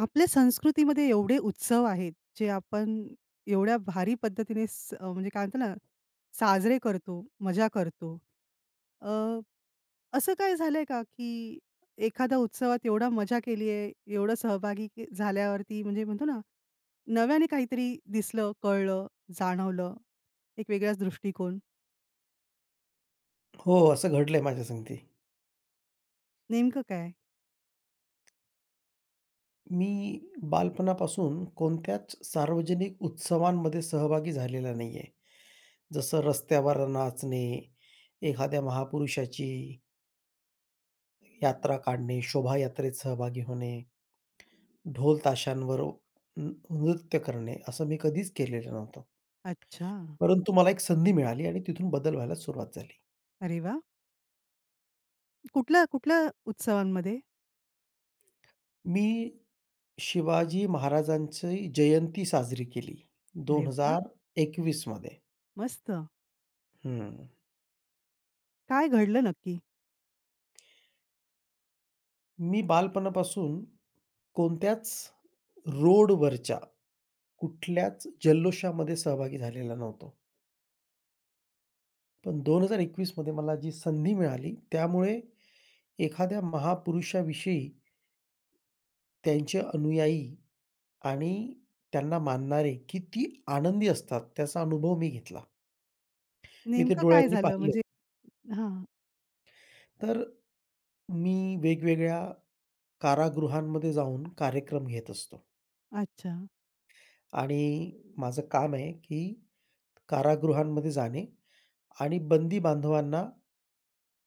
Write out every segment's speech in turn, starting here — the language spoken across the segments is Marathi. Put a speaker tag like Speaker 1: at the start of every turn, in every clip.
Speaker 1: आपल्या संस्कृतीमध्ये एवढे उत्सव आहेत, जे आपण एवढ्या भारी पद्धतीने म्हणजे काय म्हणतो ना, साजरे करतो, मजा करतो. अ, असं काय झालंय का, की एखाद्या उत्सवात एवढा मजा केली आहे, एवढं सहभागी झाल्यावरती म्हणजे म्हणतो ना, नव्याने काहीतरी दिसलं, कळलं, जाणवलं, एक वेगळाच दृष्टिकोन.
Speaker 2: हो, असं घडलंय माझ्या संगती.
Speaker 1: नेमकं काय?
Speaker 2: मी बालपणापासून कोणत्याच सार्वजनिक उत्सवांमध्ये सहभागी झालेला नाहीये. जसं रस्त्यावर नाचणे, एखाद्या महापुरुषाची यात्रा काढणे, शोभायात्रेत सहभागी होणे, ढोल ताशांवर नृत्य करणे, असं मी कधीच केलेलं नव्हतं.
Speaker 1: अच्छा.
Speaker 2: परंतु मला एक संधी मिळाली आणि तिथून बदल व्हायला सुरुवात झाली.
Speaker 1: अरे वाह! कुठल्या कुठल्या उत्सवांमध्ये?
Speaker 2: मी शिवाजी महाराजांची जयंती साजरी केली
Speaker 1: अरे वाह!
Speaker 2: 2021 मध्ये.
Speaker 1: मस्त.
Speaker 2: हं.
Speaker 1: काय घडलं नक्की?
Speaker 2: मी बालपणापासून कोणत्याच रोडवरच्या, कुठल्याच जल्लोषामध्ये सहभागी झालेला नव्हतो. पण 2021 मध्ये मला जी संधी मिळाली, त्यामुळे एखाद्या महापुरुषाविषयी त्यांचे अनुयायी आणि त्यांना मानणारे किती आनंदी असतात, त्याचा अनुभव मी घेतला. मी ते
Speaker 1: नेमकं काय
Speaker 2: डोळ्यांनी
Speaker 1: झालं?
Speaker 2: पाहिलं.
Speaker 1: म्हणजे हां.
Speaker 2: तर मी वेगवेगळ्या कारागृहांमध्ये जाऊन कार्यक्रम घेत असतो
Speaker 1: अच्छा,
Speaker 2: आणि माझं काम आहे, की कारागृहांमध्ये जाणे आणि बंदी बांधवांना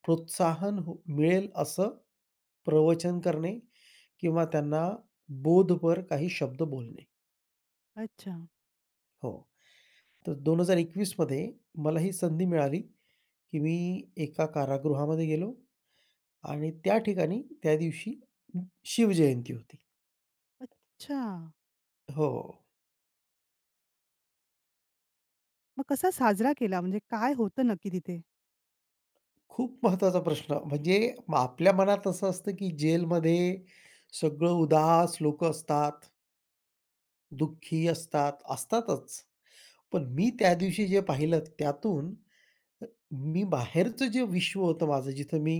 Speaker 2: प्रोत्साहन मिळेल असं प्रवचन करणे किंवा त्यांना बोधपर काही शब्द बोलणे.
Speaker 1: अच्छा,
Speaker 2: हो. तर 2021 मध्ये मला ही संधी मिळाली, की मी एका कारागृहामध्ये गेलो आणि त्या ठिकाणी त्या दिवशी शिवजयंती होती.
Speaker 1: अच्छा.
Speaker 2: हो.
Speaker 1: मग कसा साजरा केला? म्हणजे काय होतं नक्की तिथे?
Speaker 2: खूप महत्त्वाचा प्रश्न म्हणजे आपल्या मनात असं असतं, की जेलमध्ये सगळं उदास लोकं असतात. दुःखी असतात, असतातच. पण मी त्या दिवशी जे पाहिलं त्यातून अ, मी बाहेरचं जे विश्व होतं माझं, जिथं मी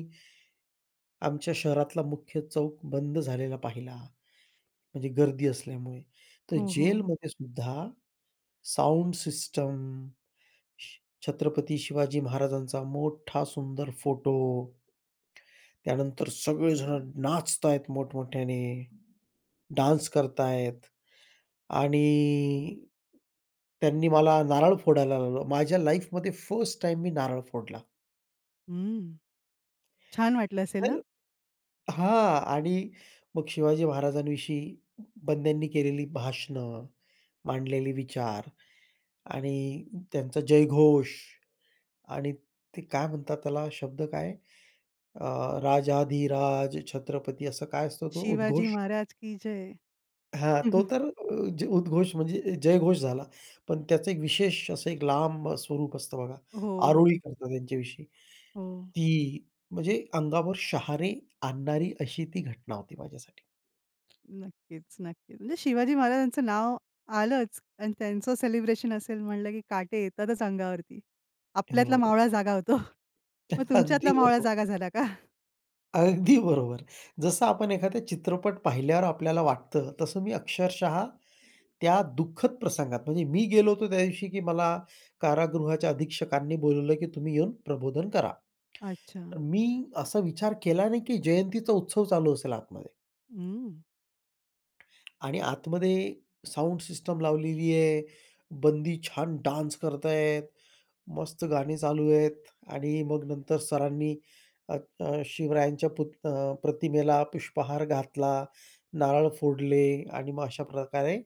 Speaker 2: आमच्या शहरातला मुख्य चौक बंद झालेला पाहिला, म्हणजे गर्दी असल्यामुळे. तर
Speaker 1: हो, हो.
Speaker 2: जेलमध्ये सुद्धा साउंड सिस्टम, श छत्रपती शिवाजी महाराजांचा मोठा सुंदर फोटो, त्यानंतर सगळेजण नाचतायत मोठमोठ्याने, डान्स करतायत. आणि त्यांनी मला नारळ फोडायला लावलं. माझ्या लाईफमध्ये फर्स्ट टाइम मी नारळ फोडला.
Speaker 1: हं. छान वाटलं असेल
Speaker 2: तर
Speaker 1: ना?
Speaker 2: हां. आणि मग शिवाजी महाराजांविषयी बंड्यांनी केलेली भाषणं, मांडलेले विचार आणि त्यांचा जयघोष आणि ते काय म्हणतात त्याला शब्द काय अ, राजाधिराज छत्रपती असा काय असतो तो
Speaker 1: शिवाजी
Speaker 2: उद्घोष?
Speaker 1: महाराज की जय.
Speaker 2: हां, तो तर अ, ज उद्घोष म्हणजे जयघोष झाला. पण त्याचं एक विशेष असं एक लांब स्वरूप असतं बघा.
Speaker 1: हो,
Speaker 2: आरोळी
Speaker 1: हो,
Speaker 2: करतात त्यांच्याविषयी.
Speaker 1: हो.
Speaker 2: ती म्हणजे अंगावर शहारे आणणारी अशी ती घटना होती माझ्यासाठी.
Speaker 1: नक्कीच, नक्कीच. म्हणजे शिवाजी महाराजांचं नाव आलंच आणि त्यांचं सेलिब्रेशन असेल म्हणलं की काटे येतातच अंगावरती. आपल्यातला
Speaker 2: हो.
Speaker 1: मावळा जागा होतो. मग तुमच्यातला
Speaker 2: अगदी
Speaker 1: मावळा
Speaker 2: बरोबर.
Speaker 1: जागा झाला का?
Speaker 2: अगदी बरोबर. जसं आपण एखादा चित्रपट पाहिल्यावर आपल्याला वाटतं, तसं मी अक्षरशः त्या दुःखद प्रसंगात म्हणजे मी गेलो होतो त्या दिवशी, की मला कारागृहाच्या अधीक्षकांनी बोलावलं, की तुम्ही येऊन प्रबोधन करा.
Speaker 1: अच्छा.
Speaker 2: तर मी असा विचार केला नाही, की जयंतीचा उत्सव चालू असेल आतमध्ये
Speaker 1: हं.
Speaker 2: आणि आतमध्ये साउंड सिस्टम लावलेली आहे. बंदी छान डान्स करतायत मस्त गाणी चालू आहेत आणि मग नंतर सरांनी अ, अ, शिवरायांच्या प्रतिमेला पुष्पहार घातला, नारळ फोडले आणि मग अशा प्रकारे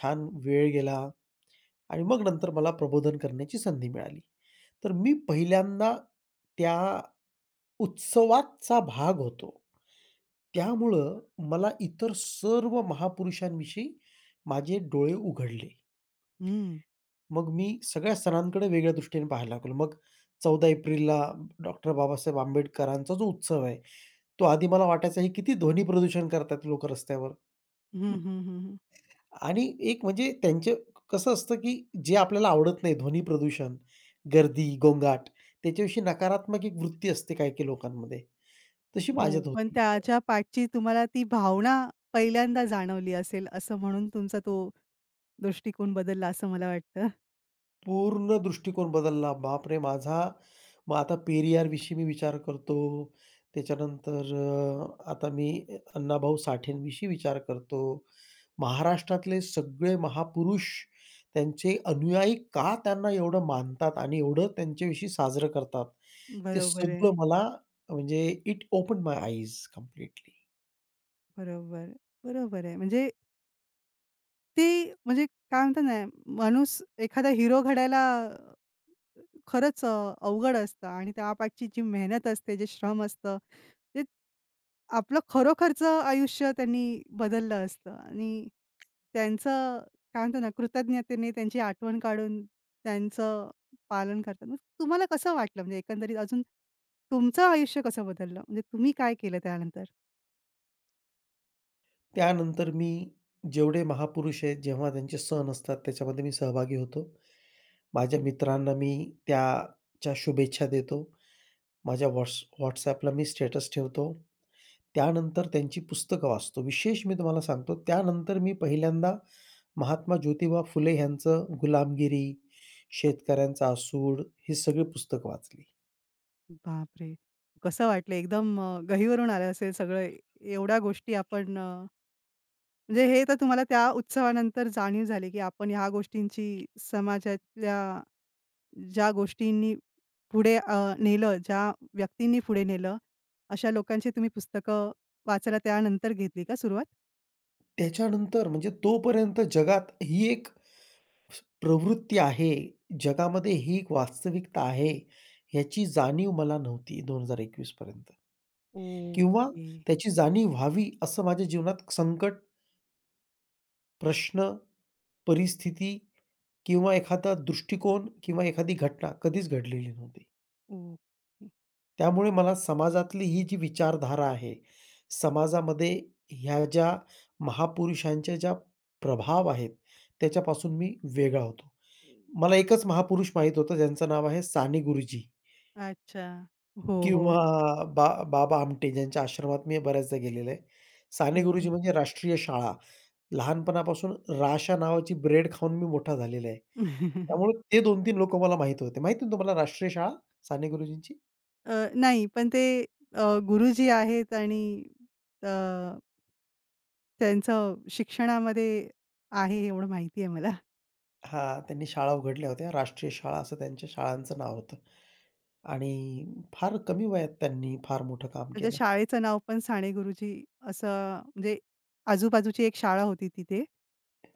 Speaker 2: छान वेळ गेला आणि मग नंतर मला प्रबोधन करण्याची संधी मिळाली. तर मी पहिल्यांदा त्या उत्सवाचा भाग होतो. त्यामुळं मला इतर सर्व महापुरुषांविषयी माझे डोळे उघडले.
Speaker 1: हं.
Speaker 2: मग मी सगळ्या सणांकडे वेगळ्या दृष्टीने पाहायला लागलो. मग 14 एप्रिलला डॉक्टर बाबासाहेब आंबेडकरांचा जो उत्सव आहे, तो आधी मला वाटायचा हे किती ध्वनी प्रदूषण करतात लोकं रस्त्यावर.
Speaker 1: हं, हं, हं, हं.
Speaker 2: आणि एक म्हणजे त्यांचे कसं असतं, की जे आपल्याला आवडत नाही ध्वनी प्रदूषण, गर्दी, गोंगाट त्याच्याविषयी नकारात्मक एक वृत्ती असते काही-काही लोकांमध्ये. तशी
Speaker 1: हो,
Speaker 2: माझ्यात
Speaker 1: पण
Speaker 2: होती.
Speaker 1: त्याच्या पाठची तुम्हाला ती भावना पहिल्यांदा जाणवली असेल, असं म्हणून तुमचा तो दृष्टिकोन बदलला असं मला वाटतं.
Speaker 2: पूर्ण दृष्टिकोन बदलला. बापरे! माझा मग आता पेरियारविषयी मी विचार करतो. त्याच्यानंतर आता मी अण्णाभाऊ साठेंविषयी विचार करतो. महाराष्ट्रातले सगळे महापुरुष त्यांचे अनुयायी का त्यांना एवढं मानतात आणि एवढं त्यांच्याविषयी साजरं करतात. ते
Speaker 1: बरोबर आहे.
Speaker 2: सगळं मला म्हणजे it opened my eyes completely.
Speaker 1: बरोबर. बरोबर आहे. म्हणजे ती म्हणजे काय म्हणतात ना, माणूस एखादा हिरो घडायला खरंच अवघड असतं आणि त्यापाठची जी मेहनत असते, जे श्रम असतं, ते आपलं खरोखरचं आयुष्य त्यांनी बदललं असतं आणि त्यांचं काय म्हणतो ना, कृतज्ञतेने त्यांची आठवण काढून त्यांचं पालन करतात. मग तुम्हाला कसं वाटलं म्हणजे एकंदरीत अजून तुमचं आयुष्य कसं बदललं? म्हणजे तुम्ही काय केलं त्यानंतर?
Speaker 2: त्यानंतर मी जेवढे महापुरुष आहेत, जेव्हा त्यांचे सण असतात त्याच्यामध्ये मी सहभागी होतो. माझ्या मित्रांना मी त्याच्या शुभेच्छा देतो. माझ्या WhatsAppला मी स्टेटस ठेवतो. त्यानंतर त्यांची पुस्तकं वाचतो. विशेष मी तुम्हाला सांगतो, त्यानंतर मी पहिल्यांदा महात्मा ज्योतिबा फुले ह्यांचं गुलामगिरी, शेतकऱ्यांचा असूड ही सगळी पुस्तकं वाचली.
Speaker 1: बापरे! कसं वाटलं? एकदम गहिवरून आलं असेल सगळं. एवढ्या गोष्टी आपण म्हणजे हे तर तुम्हाला त्या उत्सवानंतर जाणीव झाली, की आपण ह्या गोष्टींची समाजातल्या ज्या गोष्टींनी पुढे नेलं, ज्या व्यक्तींनी पुढे नेलं, अशा लोकांची तुम्ही पुस्तकं वाचायला त्यानंतर घेतली का सुरुवात?
Speaker 2: त्याच्यानंतर म्हणजे तोपर्यंत जगात ही एक प्रवृत्ती आहे, जगामध्ये ही एक वास्तविकता आहे, ह्याची जाणीव मला नव्हती 2021 पर्यंत. किंवा
Speaker 1: ओके,
Speaker 2: त्याची जाणीव व्हावी असं माझ्या जीवनात संकट, प्रश्न, परिस्थिती किंवा एखादा दृष्टिकोन किंवा एखादी घटना कधीच घडलेली नव्हती.
Speaker 1: ओके.
Speaker 2: त्यामुळे मला समाजातली ही जी विचारधारा आहे, समाजामध्ये ह्या ज्या महापुरुषांच्या ज्या प्रभाव आहेत, त्याच्यापासून मी वेगळा होतो. मला एकच महापुरुष माहीत होतं ज्यांचं नाव आहे साने गुरुजी.
Speaker 1: अच्छा. हो, हो.
Speaker 2: किंवा बा बाबा आमटे ज्यांच्या आश्रमात मी बऱ्याचदा गेलेलो आहे. साने
Speaker 1: हो,
Speaker 2: गुरुजी
Speaker 1: हो.
Speaker 2: म्हणजे राष्ट्रीय शाळा. लहानपणापासून राशा नावाची ब्रेड खाऊन मी मोठा झालेला आहे. त्यामुळे ते 2-3 लोकं मला माहीत होते. माहिती आहे ना तुम्हाला राष्ट्रीय शाळा साने गुरुजींची?
Speaker 1: नाही, पण ते अ, गुरुजी आहेत आणि अ, त्यांचं शिक्षणामध्ये आहे एवढं माहिती आहे मला.
Speaker 2: हां, त्यांनी शाळा उघडल्या होत्या. राष्ट्रीय शाळा असं त्यांच्या शाळांचं नाव होतं आणि फार कमी वयात त्यांनी फार मोठं काम
Speaker 1: त्याच्या
Speaker 2: केलं.
Speaker 1: शाळेचं नाव पण साने गुरुजी असं म्हणजे आजूबाजूची एक शाळा होती तिथे.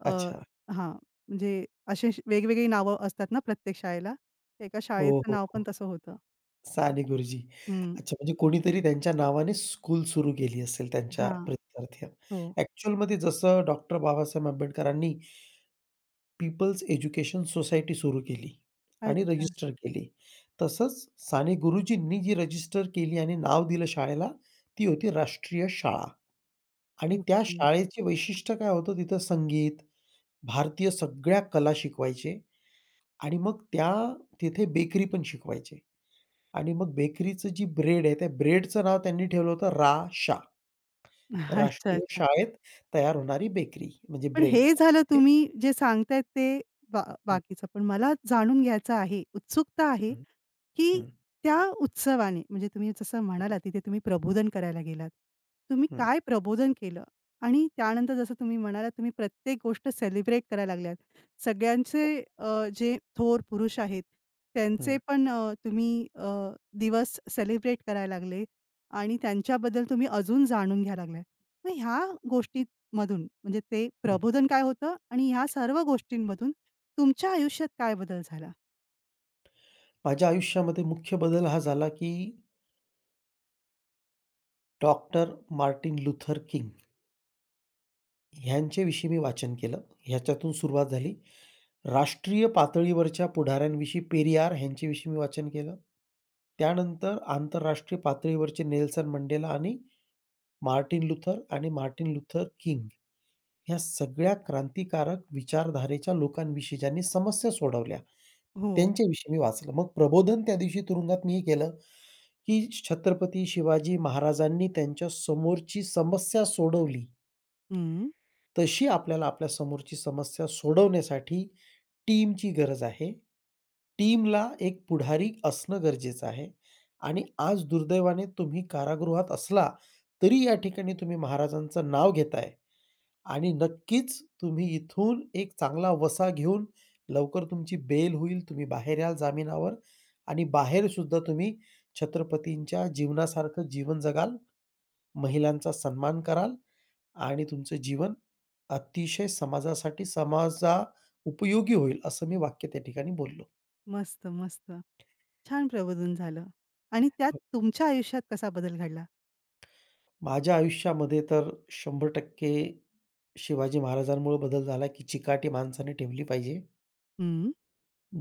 Speaker 1: अ,
Speaker 2: अच्छा.
Speaker 1: हां, म्हणजे असे वेगवेगळी नावं असतात ना प्रत्येक शाळेला. त्या एका
Speaker 2: हो,
Speaker 1: शाळेचं
Speaker 2: हो,
Speaker 1: नाव पण
Speaker 2: हो.
Speaker 1: तसं होतं.
Speaker 2: साने गुरुजी.
Speaker 1: हं.
Speaker 2: अच्छा, म्हणजे कोणीतरी त्यांच्या नावाने स्कूल सुरू केली असेल त्यांच्या
Speaker 1: हां.
Speaker 2: प्रित्यर्थ.
Speaker 1: हो.
Speaker 2: ॲक्चुअलमध्ये जसं डॉक्टर बाबासाहेब आंबेडकरांनी पीपल्स एज्युकेशन सोसायटी सुरू केली आणि
Speaker 1: अच्छा.
Speaker 2: रजिस्टर केली. तसंच साने गुरुजींनी जी रजिस्टर केली आणि नाव दिलं शाळेला, ती होती राष्ट्रीय शाळा आणि त्या
Speaker 1: ओके.
Speaker 2: शाळेचे वैशिष्ट्य काय होतं तिथं संगीत, भारतीय सगळ्या कला शिकवायचे आणि मग त्या तिथे बेकरी पण शिकवायचे. आणि मग बेकरीचं जी ब्रेड आहे, त्या ब्रेडचं नाव त्यांनी ठेवलं होतं रा.शा.
Speaker 1: अच्छा,
Speaker 2: राष्ट्रीय
Speaker 1: अच्छा.
Speaker 2: शाळेत तयार होणारी बेकरी म्हणजे
Speaker 1: पण
Speaker 2: ब्रेड
Speaker 1: हे
Speaker 2: असं
Speaker 1: झालं
Speaker 2: ते
Speaker 1: तुम्ही जे सांगतायत ते
Speaker 2: हं,
Speaker 1: बाकीचं. पण मला जाणून घ्यायचं आहे, उत्सुकता आहे,
Speaker 2: हं,
Speaker 1: की
Speaker 2: हं,
Speaker 1: त्या उत्सवाने म्हणजे तुम्ही जसं म्हणालात तिथे तुम्ही प्रबोधन करायला गेलात. तुम्ही
Speaker 2: हं,
Speaker 1: काय प्रबोधन केलं? आणि त्यानंतर जसं तुम्ही म्हणालात तुम्ही प्रत्येक गोष्ट सेलिब्रेट करायला लागल्यात. सगळ्यांचे जे थोर पुरुष आहेत, त्यांचे
Speaker 2: हं,
Speaker 1: पण तुम्ही दिवस सेलिब्रेट करायला लागले आणि त्यांच्याबद्दल तुम्ही अजून जाणून घ्यायला लागलात. मग ह्या गोष्टींमधून म्हणजे ते
Speaker 2: हं.
Speaker 1: प्रबोधन काय होतं आणि ह्या सर्व गोष्टींमधून तुमच्या आयुष्यात काय बदल झाला?
Speaker 2: माझ्या आयुष्यामध्ये मुख्य बदल हा झाला, की डॉक्टर मार्टिन लुथर किंग ह्यांच्याविषयी मी वाचन केलं. ह्याच्यातून सुरुवात झाली. राष्ट्रीय पातळीवरच्या पुढाऱ्यांविषयी पेरियार ह्यांच्याविषयी मी वाचन केलं. त्यानंतर आंतरराष्ट्रीय पातळीवरचे नेल्सन मंडेला आणि मार्टिन लुथर आणि मार्टिन लुथर किंग ह्या सगळ्या क्रांतिकारक विचारधारेच्या लोकांविषयी ज्यांनी समस्या सोडवल्या,
Speaker 1: हो.
Speaker 2: त्यांच्याविषयी मी वाचलं. मग प्रबोधन त्या दिवशी तुरुंगात मी हे केलं, की छत्रपती शिवाजी महाराजांनी त्यांच्या समोरची समस्या सोडवली,
Speaker 1: हं.
Speaker 2: तशी आपल्याला आपल्या समोरची समस्या सोडवण्यासाठी टीमची गरज आहे. टीमला एक पुढारी असणं गरजेचं आहे आणि आज दुर्दैवाने तुम्ही कारागृहात असला, तरी या ठिकाणी तुम्ही महाराजांचं नाव घेताय, आणि नक्कीच तुम्ही इथून एक चांगला वसा घेऊन लवकर तुमची बेल होईल. तुम्ही बाहेर याल जामिनावर आणि बाहेर सुद्धा तुम्ही छत्रपतींच्या जीवनासारखं जीवन जगाल, महिलांचा सन्मान कराल आणि तुमचं जीवन अतिशय समाजा उपयोगी होईल, असं मी वाक्य त्या ठिकाणी बोललो.
Speaker 1: मस्त, मस्त. छान प्रबोधन झालं आणि त्यात
Speaker 2: हो.
Speaker 1: तुमच्या आयुष्यात कसा बदल घडला?
Speaker 2: माझ्या आयुष्यामध्ये तर 100% शिवाजी महाराजांमुळे बदल झाला, की चिकाटी माणसाने ठेवली पाहिजे.
Speaker 1: हं,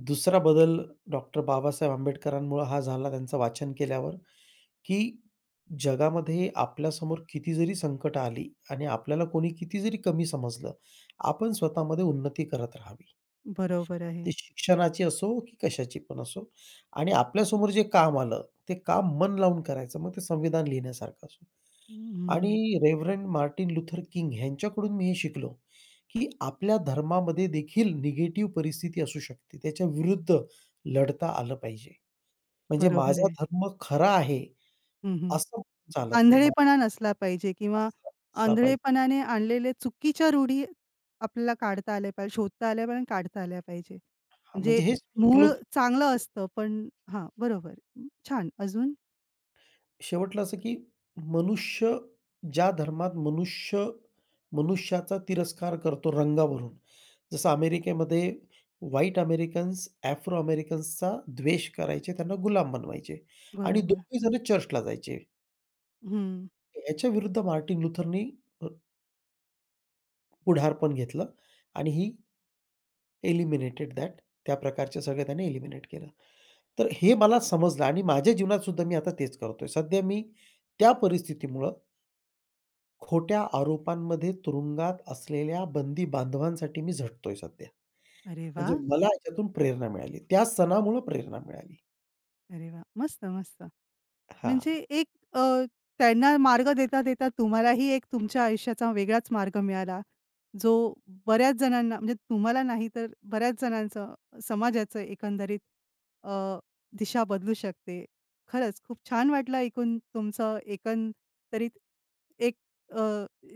Speaker 2: दुसरा बदल डॉक्टर बाबासाहेब आंबेडकरांमुळं हा झाला त्यांचं वाचन केल्यावर, की जगामध्ये आपल्यासमोर किती जरी संकटं आली आणि आपल्याला कोणी किती जरी कमी समजलं, आपण स्वतःमध्ये उन्नती करत राहावी.
Speaker 1: बरोबर
Speaker 2: ती
Speaker 1: आहे.
Speaker 2: शिक्षणाची असो की कशाची पण असो आणि आपल्यासमोर जे काम आलं, ते काम मन लावून करायचं. मग ते संविधान लिहिण्यासारखं असो. आणि
Speaker 1: हं,
Speaker 2: रेव्हरंड मार्टिन लुथर किंग ह्यांच्याकडून मी हे शिकलो, की आपल्या धर्मामध्ये देखील निगेटिव्ह परिस्थिती असू शकते. त्याच्या विरुद्ध लढता आलं पाहिजे. म्हणजे
Speaker 1: बरोबर
Speaker 2: माझा
Speaker 1: आहे.
Speaker 2: धर्म खरा आहे,
Speaker 1: हं, हं.
Speaker 2: असं चालत नाही. मला
Speaker 1: आंधळेपणा नसला पाहिजे किंवा
Speaker 2: असला असला पाहिजे.
Speaker 1: आंधळेपणाने आणलेले चुकीच्या रूढी आपल्याला काढता आल्या पाहिजे, शोधता आल्या पाहिजे आणि काढता आल्या पाहिजे.
Speaker 2: हां,
Speaker 1: म्हणजे
Speaker 2: म्हणजे हेच
Speaker 1: मूळ
Speaker 2: शिकलो
Speaker 1: चांगलं असतं, पण हां, बरोबर. छान. अजून?
Speaker 2: शेवटला असं की मनुष्य ज्या धर्मात मनुष्य मनुष्याचा तिरस्कार करतो रंगावरून. जसं अमेरिकेमध्ये व्हाईट अमेरिकन्स, आफ्रो अमेरिकन्सचा द्वेष करायचे, त्यांना गुलाम बनवायचे आणि
Speaker 1: बरोबर.
Speaker 2: दोघे जण चर्चला जायचे.
Speaker 1: हं.
Speaker 2: याच्या विरुद्ध मार्टिन लुथरनी अ, पुढारपण घेतलं आणि ही एलिमिनेटेड दॅट त्या प्रकारच्या सगळ्या त्याने एलिमिनेट केलं. तर हे मला समजलं आणि माझ्या जीवनात सुद्धा मी आता तेच करतोय. सध्या मी त्या परिस्थितीमुळं खोट्या आरोपांमध्ये तुरुंगात असलेल्या बंदी बांधवांसाठी मी झटतोय सध्या.
Speaker 1: अरे
Speaker 2: म्हणजे
Speaker 1: वाह!
Speaker 2: मला याच्यातून प्रेरणा मिळाली. त्या सणामुळं प्रेरणा मिळाली.
Speaker 1: अरे वाह! मस्त, मस्त. म्हणजे
Speaker 2: हां.
Speaker 1: एक अ, त्यांना मार्ग देता-देता तुम्हालाही एक तुमच्या आयुष्याचा वेगळाच मार्ग मिळाला, जो बऱ्याच जणांना म्हणजे तुम्हाला नाही तर बऱ्याच जणांचं समाजाचं एकंदरीत अ, दिशा बदलू शकते. खरंच खूप छान वाटलं ऐकून तुमचं एकंदरीत एक अ,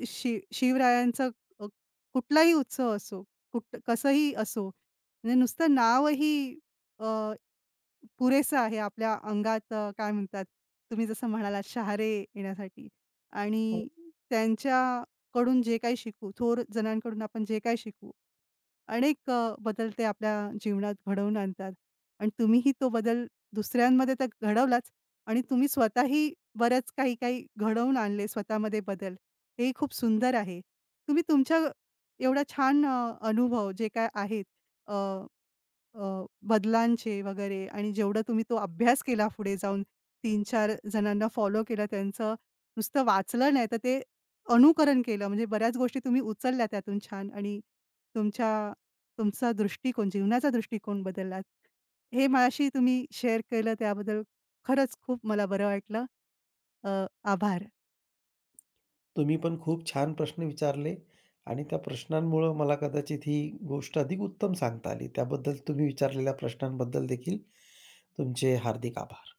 Speaker 1: शिवरायांचा अ, कुठलाही उत्सव असो, कसंही असो, म्हणजे नुसतं नावही अ पुरेसं आहे आपल्या अंगात काय म्हणतात तुम्ही जसं म्हणालात शहारे येण्यासाठी
Speaker 2: हो.
Speaker 1: आणि त्यांच्याकडून जे काही शिकू, थोर जणांकडून आपण जे काही शिकू, अनेक बदल ते आपल्या जीवनात घडवून आणतात आणि तुम्हीही तो बदल दुसऱ्यांमध्ये तर घडवलाच आणि तुम्ही स्वतःही बरंच काही घडवून आणले स्वतःमध्ये बदल. हे खूप सुंदर आहे. तुम्ही तुमच्या एवढा छान अनुभव जे काय आहेत अ, बदलांचे वगैरे आणि जेवढा तुम्ही तो अभ्यास केला पुढे जाऊन तीन चार जणांना फॉलो केलं, त्यांचं नुसतं वाचलं नाही, तर ते अनुकरण केलं. म्हणजे बऱ्याच गोष्टी तुम्ही उचलल्या त्यातून छान आणि तुमच्या तुमचा दृष्टिकोन, जीवनाचा दृष्टिकोन बदललात. हे माझ्याशी तुम्ही शेअर केलं त्याबद्दल खरंच खूप मला बरं वाटलं. अ, आभार.
Speaker 2: तुम्ही पण खूप छान प्रश्न विचारले आणि त्या प्रश्नांमुळं मला कदाचित ही गोष्ट अधिक उत्तम सांगता आली. त्याबद्दल तुम्ही विचारलेल्या प्रश्नांबद्दल देखील तुमचे हार्दिक आभार.